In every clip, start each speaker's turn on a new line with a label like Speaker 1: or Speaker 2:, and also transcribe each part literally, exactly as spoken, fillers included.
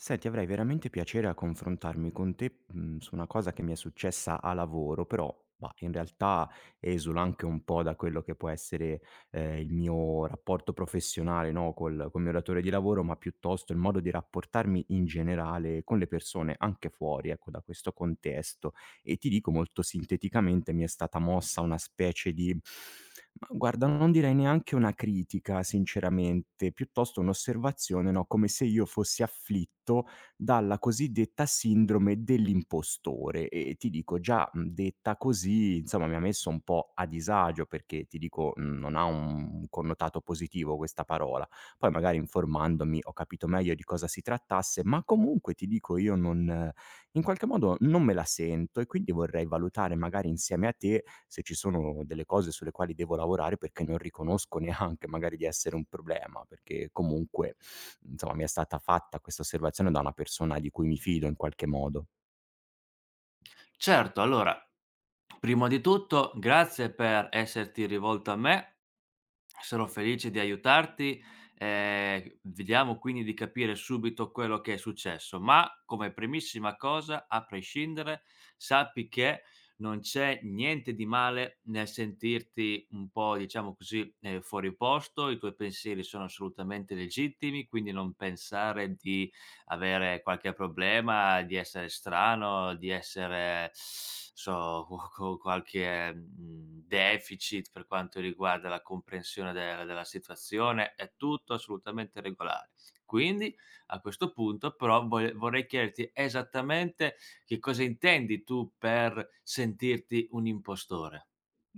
Speaker 1: Senti, avrei veramente piacere a confrontarmi con te, mhmm, su una cosa che mi è successa a lavoro, però, bah, in realtà esula anche un po' da quello che può essere, ehm, il mio rapporto professionale, no, col col mio datore di lavoro, ma piuttosto il modo di rapportarmi in generale con le persone, anche fuori, ecco, da questo contesto. E ti dico molto sinteticamente mi è stata mossa una specie di, ma guarda, non direi neanche una critica, sinceramente, piuttosto un'osservazione, no, come se io fossi afflitto dalla cosiddetta sindrome dell'impostore. E ti dico già, mhmm, detta così insomma mi ha messo un po' a disagio, perché ti dico, mhmm, non ha un connotato positivo questa parola. Poi magari informandomi ho capito meglio di cosa si trattasse, ma comunque ti dico io non, in qualche modo non me la sento, e quindi vorrei valutare magari insieme a te se ci sono delle cose sulle quali devo lavorare, perché non riconosco neanche magari di essere un problema, perché comunque, insomma, mi è stata fatta questa osservazione da una persona di cui mi fido in qualche modo.
Speaker 2: Certo, allora, prima di tutto grazie per esserti rivolto a me, sarò felice di aiutarti, ehm, vediamo quindi di capire subito quello che è successo, ma come primissima cosa, a prescindere, sappi che non c'è niente di male nel sentirti un po', diciamo così, ehm, fuori posto, i tuoi pensieri sono assolutamente legittimi, quindi non pensare di avere qualche problema, di essere strano, di essere so co co qualche, mhmm, deficit per quanto riguarda la comprensione del della situazione, è tutto assolutamente regolare. Quindi a questo punto però voe vorrei chiederti esattamente che cosa intendi tu per sentirti un impostore.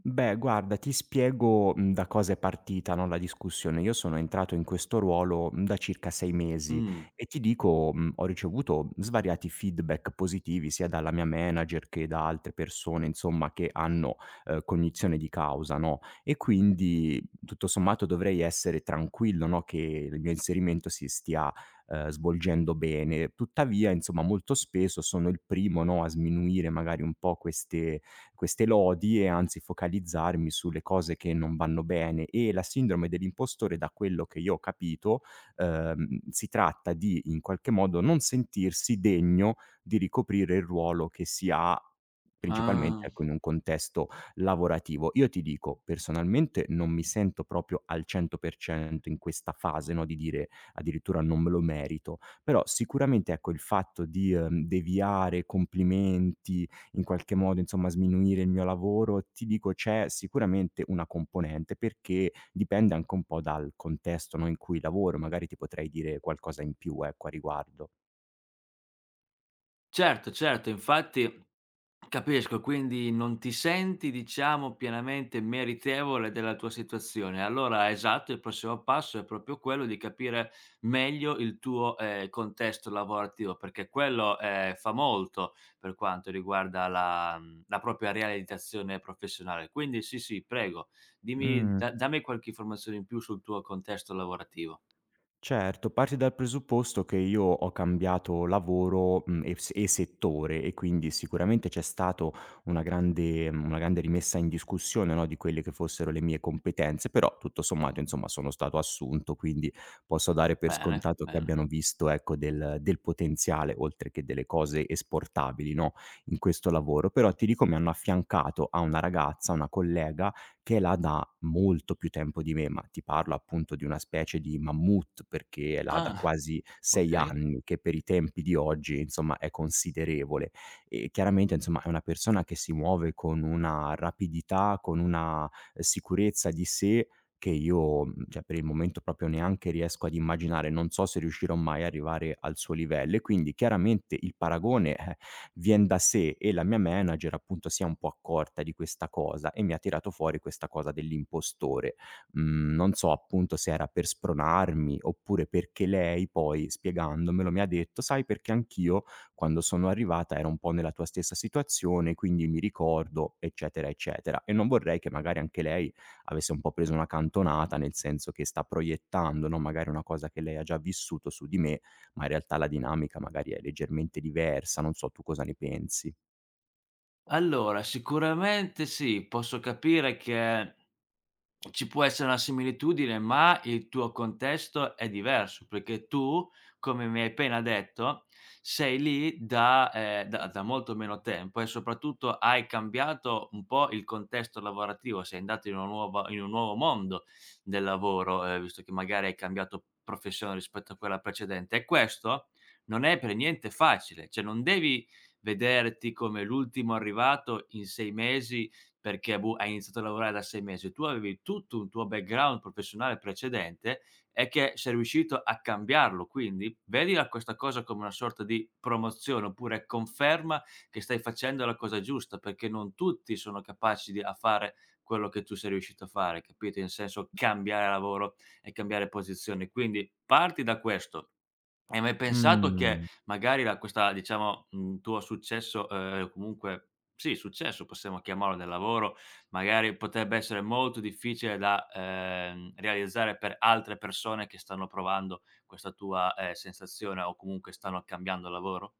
Speaker 1: Beh, guarda, ti spiego, mhmm, da cosa è partita, no, la discussione. Io sono entrato in questo ruolo, mhmm, da circa sei mesi,
Speaker 2: Mh,
Speaker 1: e ti dico, mhmm, ho ricevuto svariati feedback positivi sia dalla mia manager che da altre persone, insomma, che hanno, ehm, cognizione di causa, no, e quindi tutto sommato dovrei essere tranquillo, no, che il mio inserimento si stia, ehm, svolgendo bene. Tuttavia, insomma, molto spesso sono il primo, no, a sminuire magari un po' queste queste lodi e anzi focalizzarmi sulle cose che non vanno bene. E la sindrome dell'impostore, da quello che io ho capito, ehm, si tratta di, in qualche modo, non sentirsi degno di ricoprire il ruolo che si ha principalmente,
Speaker 2: ah.
Speaker 1: ecco, in un contesto lavorativo. Io ti dico, personalmente non mi sento proprio al cento per cento in questa fase, no, di dire addirittura non me lo merito, però sicuramente, ecco, il fatto di, ehm, deviare complimenti, in qualche modo, insomma, sminuire il mio lavoro, ti dico c'è sicuramente una componente, perché dipende anche un po' dal contesto, no, in cui lavoro. Magari ti potrei dire qualcosa in più, ecco, a riguardo.
Speaker 2: Certo, certo, infatti capisco, quindi non ti senti, diciamo, pienamente meritevole della tua situazione. Allora, esatto, il prossimo passo è proprio quello di capire meglio il tuo, ehm, contesto lavorativo, perché quello, ehm, fa molto per quanto riguarda la mhmm, la propria realizzazione professionale. Quindi sì, sì, prego, dimmi
Speaker 1: Mh.
Speaker 2: da dammi qualche informazione in più sul tuo contesto lavorativo.
Speaker 1: Certo, parti dal presupposto che io ho cambiato lavoro, mhmm, e s e settore, e quindi sicuramente c'è stato una grande, mhmm, una grande rimessa in discussione, no, di quelle che fossero le mie competenze, però tutto sommato insomma sono stato assunto, quindi posso dare per
Speaker 2: Bene,
Speaker 1: scontato che
Speaker 2: bene.
Speaker 1: abbiano visto, ecco, del del potenziale oltre che delle cose esportabili, no, in questo lavoro. Però ti dico mi hanno affiancato a una ragazza, una collega che è là da molto più tempo di me, ma ti parlo appunto di una specie di mammut, perché è là da
Speaker 2: Ah,
Speaker 1: quasi sei
Speaker 2: okay.
Speaker 1: anni, che per i tempi di oggi, insomma, è considerevole. E chiaramente, insomma, è una persona che si muove con una rapidità, con una, eh, sicurezza di sé che io, mhmm, cioè per il momento proprio neanche riesco ad immaginare, non so se riuscirò mai a arrivare al suo livello, e quindi chiaramente il paragone, eh, vien da sé. E la mia manager appunto si è un po' accorta di questa cosa e mi ha tirato fuori questa cosa dell'impostore. Mhmm, non so appunto se era per spronarmi, oppure perché lei poi spiegandomelo mi ha detto: "Sai, perché anch'io quando sono arrivata ero un po' nella tua stessa situazione, quindi mi ricordo", eccetera, eccetera. E non vorrei che magari anche lei avesse un po' preso una cantonata, nel senso che sta proiettando, no, magari una cosa che lei ha già vissuto su di me, ma in realtà la dinamica magari è leggermente diversa, non so tu cosa ne pensi.
Speaker 2: Allora, sicuramente sì, posso capire che ci può essere una similitudine, ma il tuo contesto è diverso, perché tu, come mi hai appena detto, sei lì da ehm, da da molto meno tempo e soprattutto hai cambiato un po' il contesto lavorativo, sei andato in una nuova in un nuovo mondo del lavoro, ehm, visto che magari hai cambiato professione rispetto a quella precedente e questo non è per niente facile, cioè non devi vederti come l'ultimo arrivato in sei mesi perché, boh, hai iniziato a lavorare da sei mesi, tu avevi tutto un tuo background professionale precedente e che sei riuscito a cambiarlo. Quindi vedila questa cosa come una sorta di promozione, oppure conferma che stai facendo la cosa giusta, perché non tutti sono capaci di a fare quello che tu sei riuscito a fare, capito? In senso cambiare lavoro e cambiare posizione. Quindi parti da questo, hai mai pensato che
Speaker 1: Mhmm,
Speaker 2: magari la questa diciamo, mhmm, tuo successo, ehm, comunque sì, successo possiamo chiamarlo del lavoro, magari potrebbe essere molto difficile da, ehm, realizzare per altre persone che stanno provando questa tua, ehm, sensazione o comunque stanno cambiando lavoro?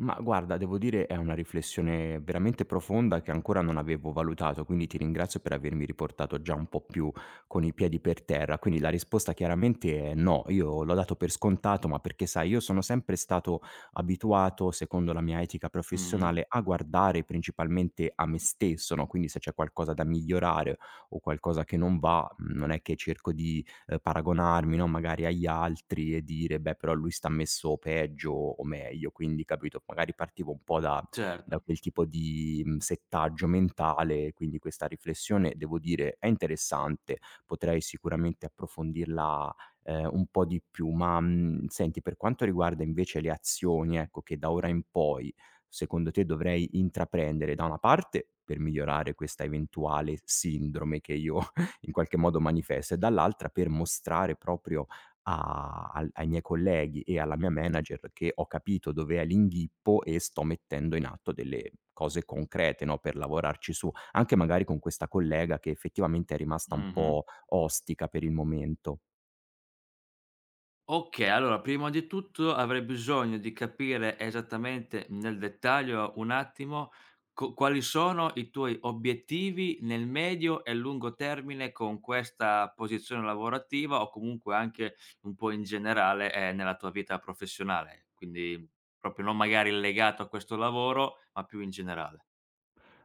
Speaker 1: ma guarda, devo dire è una riflessione veramente profonda che ancora non avevo valutato, quindi ti ringrazio per avermi riportato già un po' più con i piedi per terra. Quindi la risposta chiaramente è no, io l'ho dato per scontato, ma perché sai io sono sempre stato abituato, secondo la mia etica
Speaker 2: Mh-mh,
Speaker 1: professionale, a guardare principalmente a me stesso, no, quindi se c'è qualcosa da migliorare o qualcosa che non va, mhmm, non è che cerco di, ehm, paragonarmi, no, magari agli altri e dire: "Beh, però lui sta messo peggio o meglio". Quindi, capito, magari partivo un po' da, da
Speaker 2: certo.
Speaker 1: quel tipo di, mhmm, settaggio mentale, quindi questa riflessione, devo dire, è interessante, potrei sicuramente approfondirla, ehm, un po' di più. Ma, mhmm, senti, per quanto riguarda invece le azioni, ecco, che da ora in poi, secondo te dovrei intraprendere, da una parte per migliorare questa eventuale sindrome che io in qualche modo manifesta, e dall'altra per mostrare proprio a al ai miei colleghi e alla mia manager che ho capito dov'è l'inghippo e sto mettendo in atto delle cose concrete, no, per lavorarci su, anche magari con questa collega che effettivamente è rimasta un
Speaker 2: Mh-mh.
Speaker 1: po' ostica per il momento.
Speaker 2: Okay, allora prima di tutto avrei bisogno di capire esattamente nel dettaglio un attimo co quali sono i tuoi obiettivi nel medio e lungo termine con questa posizione lavorativa o comunque anche un po' in generale, ehm, nella tua vita professionale, quindi proprio non magari legato a questo lavoro, ma più in generale.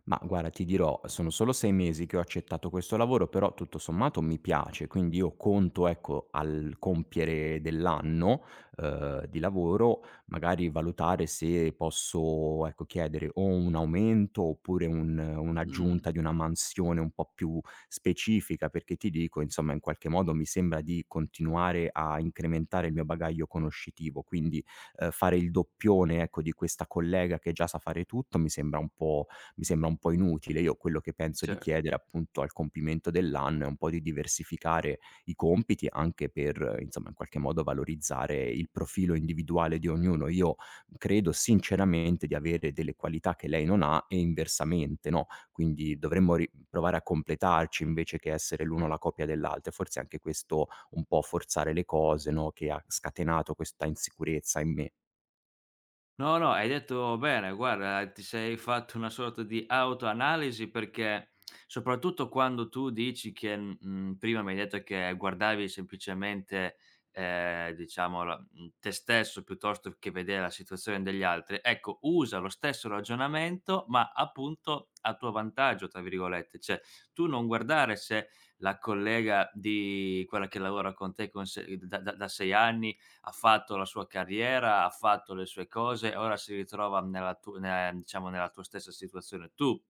Speaker 1: Ma guarda, ti dirò, sono solo sei mesi che ho accettato questo lavoro, però tutto sommato mi piace, quindi io conto, ecco, al compiere dell'anno, uhm, di lavoro, magari valutare se posso, ecco, chiedere o un aumento oppure un
Speaker 2: Mh,
Speaker 1: un'aggiunta di una mansione un po' più specifica, perché ti dico, insomma, in qualche modo mi sembra di continuare a incrementare il mio bagaglio conoscitivo, quindi, uhm, fare il doppione, ecco, di questa collega che già sa fare tutto mi sembra un po' mi sembra un po' inutile. Io quello che penso di
Speaker 2: cer
Speaker 1: chiedere appunto al compimento dell'anno è un po' di diversificare i compiti anche per, eh, insomma, in qualche modo valorizzare il profilo individuale di ognuno. Io credo sinceramente di avere delle qualità che lei non ha, e inversamente, no, quindi dovremmo ri provare a completarci invece che essere l'uno la copia dell'altro. E forse anche questo un po' forzare le cose, no, che ha scatenato questa insicurezza in me.
Speaker 2: No, no, hai detto bene, guarda, ti sei fatto una sorta di autoanalisi perché soprattutto quando tu dici che, mhmm, prima mi hai detto che guardavi semplicemente, ehm, diciamo la mhmm, te stesso piuttosto che vedere la situazione degli altri, ecco, usa lo stesso ragionamento ma appunto a tuo "vantaggio" tra virgolette, cioè tu non guardare se la collega di quella che lavora con te con se da da da sei anni ha fatto la sua carriera, ha fatto le sue cose, ora si ritrova nella tu ne diciamo nella tua stessa situazione. Tu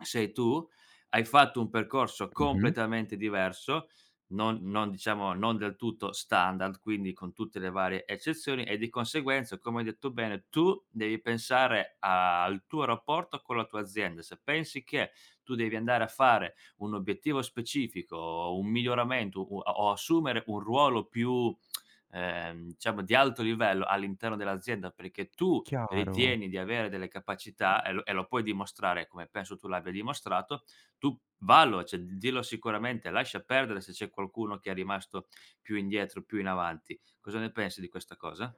Speaker 2: sei tu, hai fatto un percorso
Speaker 1: Mh-mh.
Speaker 2: completamente diverso, non non diciamo non del tutto standard, quindi con tutte le varie eccezioni e di conseguenza, come hai detto bene, tu devi pensare a- al tuo rapporto con la tua azienda. Se pensi che tu devi andare a fare un obiettivo specifico o un miglioramento u o assumere un ruolo più ehm, diciamo di alto livello all'interno dell'azienda, perché tu
Speaker 1: Chiaro.
Speaker 2: ritieni di avere delle capacità e lo e lo puoi dimostrare, come penso tu l'abbia dimostrato, tu vallo, cioè d dillo sicuramente, lascia perdere se c'è qualcuno che è rimasto più indietro, più in avanti. Cosa ne pensi di questa cosa?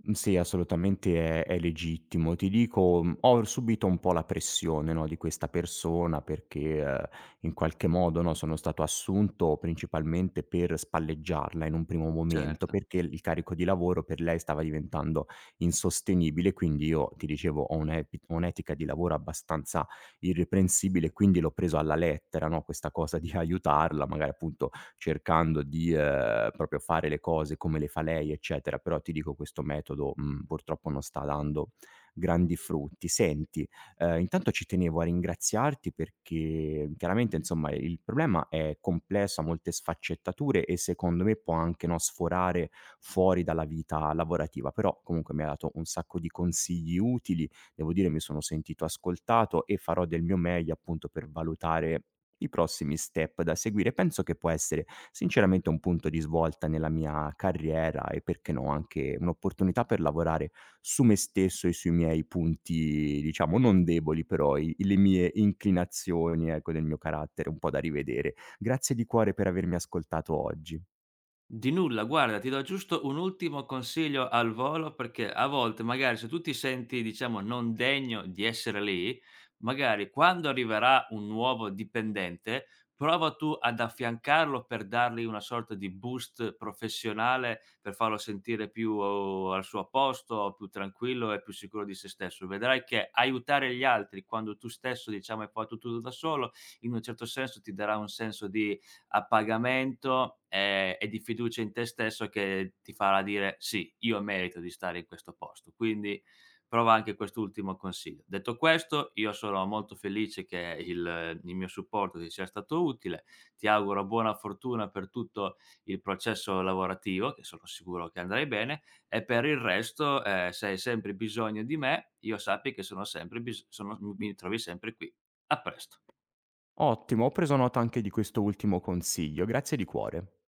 Speaker 1: Mhmm, sì, assolutamente è è legittimo. Ti dico, mhmm, ho subito un po' la pressione, no, di questa persona perché, ehm, in qualche modo, no, sono stato assunto principalmente per spalleggiarla in un primo momento,
Speaker 2: Certo.
Speaker 1: perché il carico di lavoro per lei stava diventando insostenibile. Quindi io, ti dicevo, ho un'epi un'etica di lavoro abbastanza irreprensibile, quindi l'ho preso alla lettera, no, questa cosa di aiutarla, magari appunto cercando di, ehm, proprio fare le cose come le fa lei, eccetera, però ti dico questo metodo, mhmm, purtroppo non sta dando grandi frutti. Senti, ehm, intanto ci tenevo a ringraziarti perché chiaramente, insomma, il problema è complesso, ha molte sfaccettature e secondo me può anche, no, sforare fuori dalla vita lavorativa, però comunque mi hai dato un sacco di consigli utili, devo dire mi sono sentito ascoltato e farò del mio meglio appunto per valutare i prossimi step da seguire. Penso che può essere sinceramente un punto di svolta nella mia carriera e perché no, anche un'opportunità per lavorare su me stesso e sui miei punti, diciamo non deboli, però i le mie inclinazioni, ecco, del mio carattere un po' da rivedere. Grazie di cuore per avermi ascoltato oggi.
Speaker 2: Di nulla, guarda, ti do giusto un ultimo consiglio al volo perché a volte magari se tu ti senti, diciamo, non degno di essere lì, magari quando arriverà un nuovo dipendente, prova tu ad affiancarlo per dargli una sorta di boost professionale, per farlo sentire più oh, al suo posto, più tranquillo e più sicuro di se stesso. Vedrai che aiutare gli altri quando tu stesso, diciamo, hai fatto tutto da solo, in un certo senso ti darà un senso di a pagamento e e di fiducia in te stesso che ti farà dire: "Sì, io merito di stare in questo posto". Quindi prova anche quest'ultimo consiglio. Detto questo, io sono molto felice che il il mio supporto ti sia stato utile. Ti auguro buona fortuna per tutto il processo lavorativo, che sono sicuro che andrai bene, e per il resto, ehm, se hai sempre bisogno di me, io sappi che sono sempre bis sono mi trovi sempre qui. A presto.
Speaker 1: Ottimo, ho preso nota anche di questo ultimo consiglio, grazie di cuore.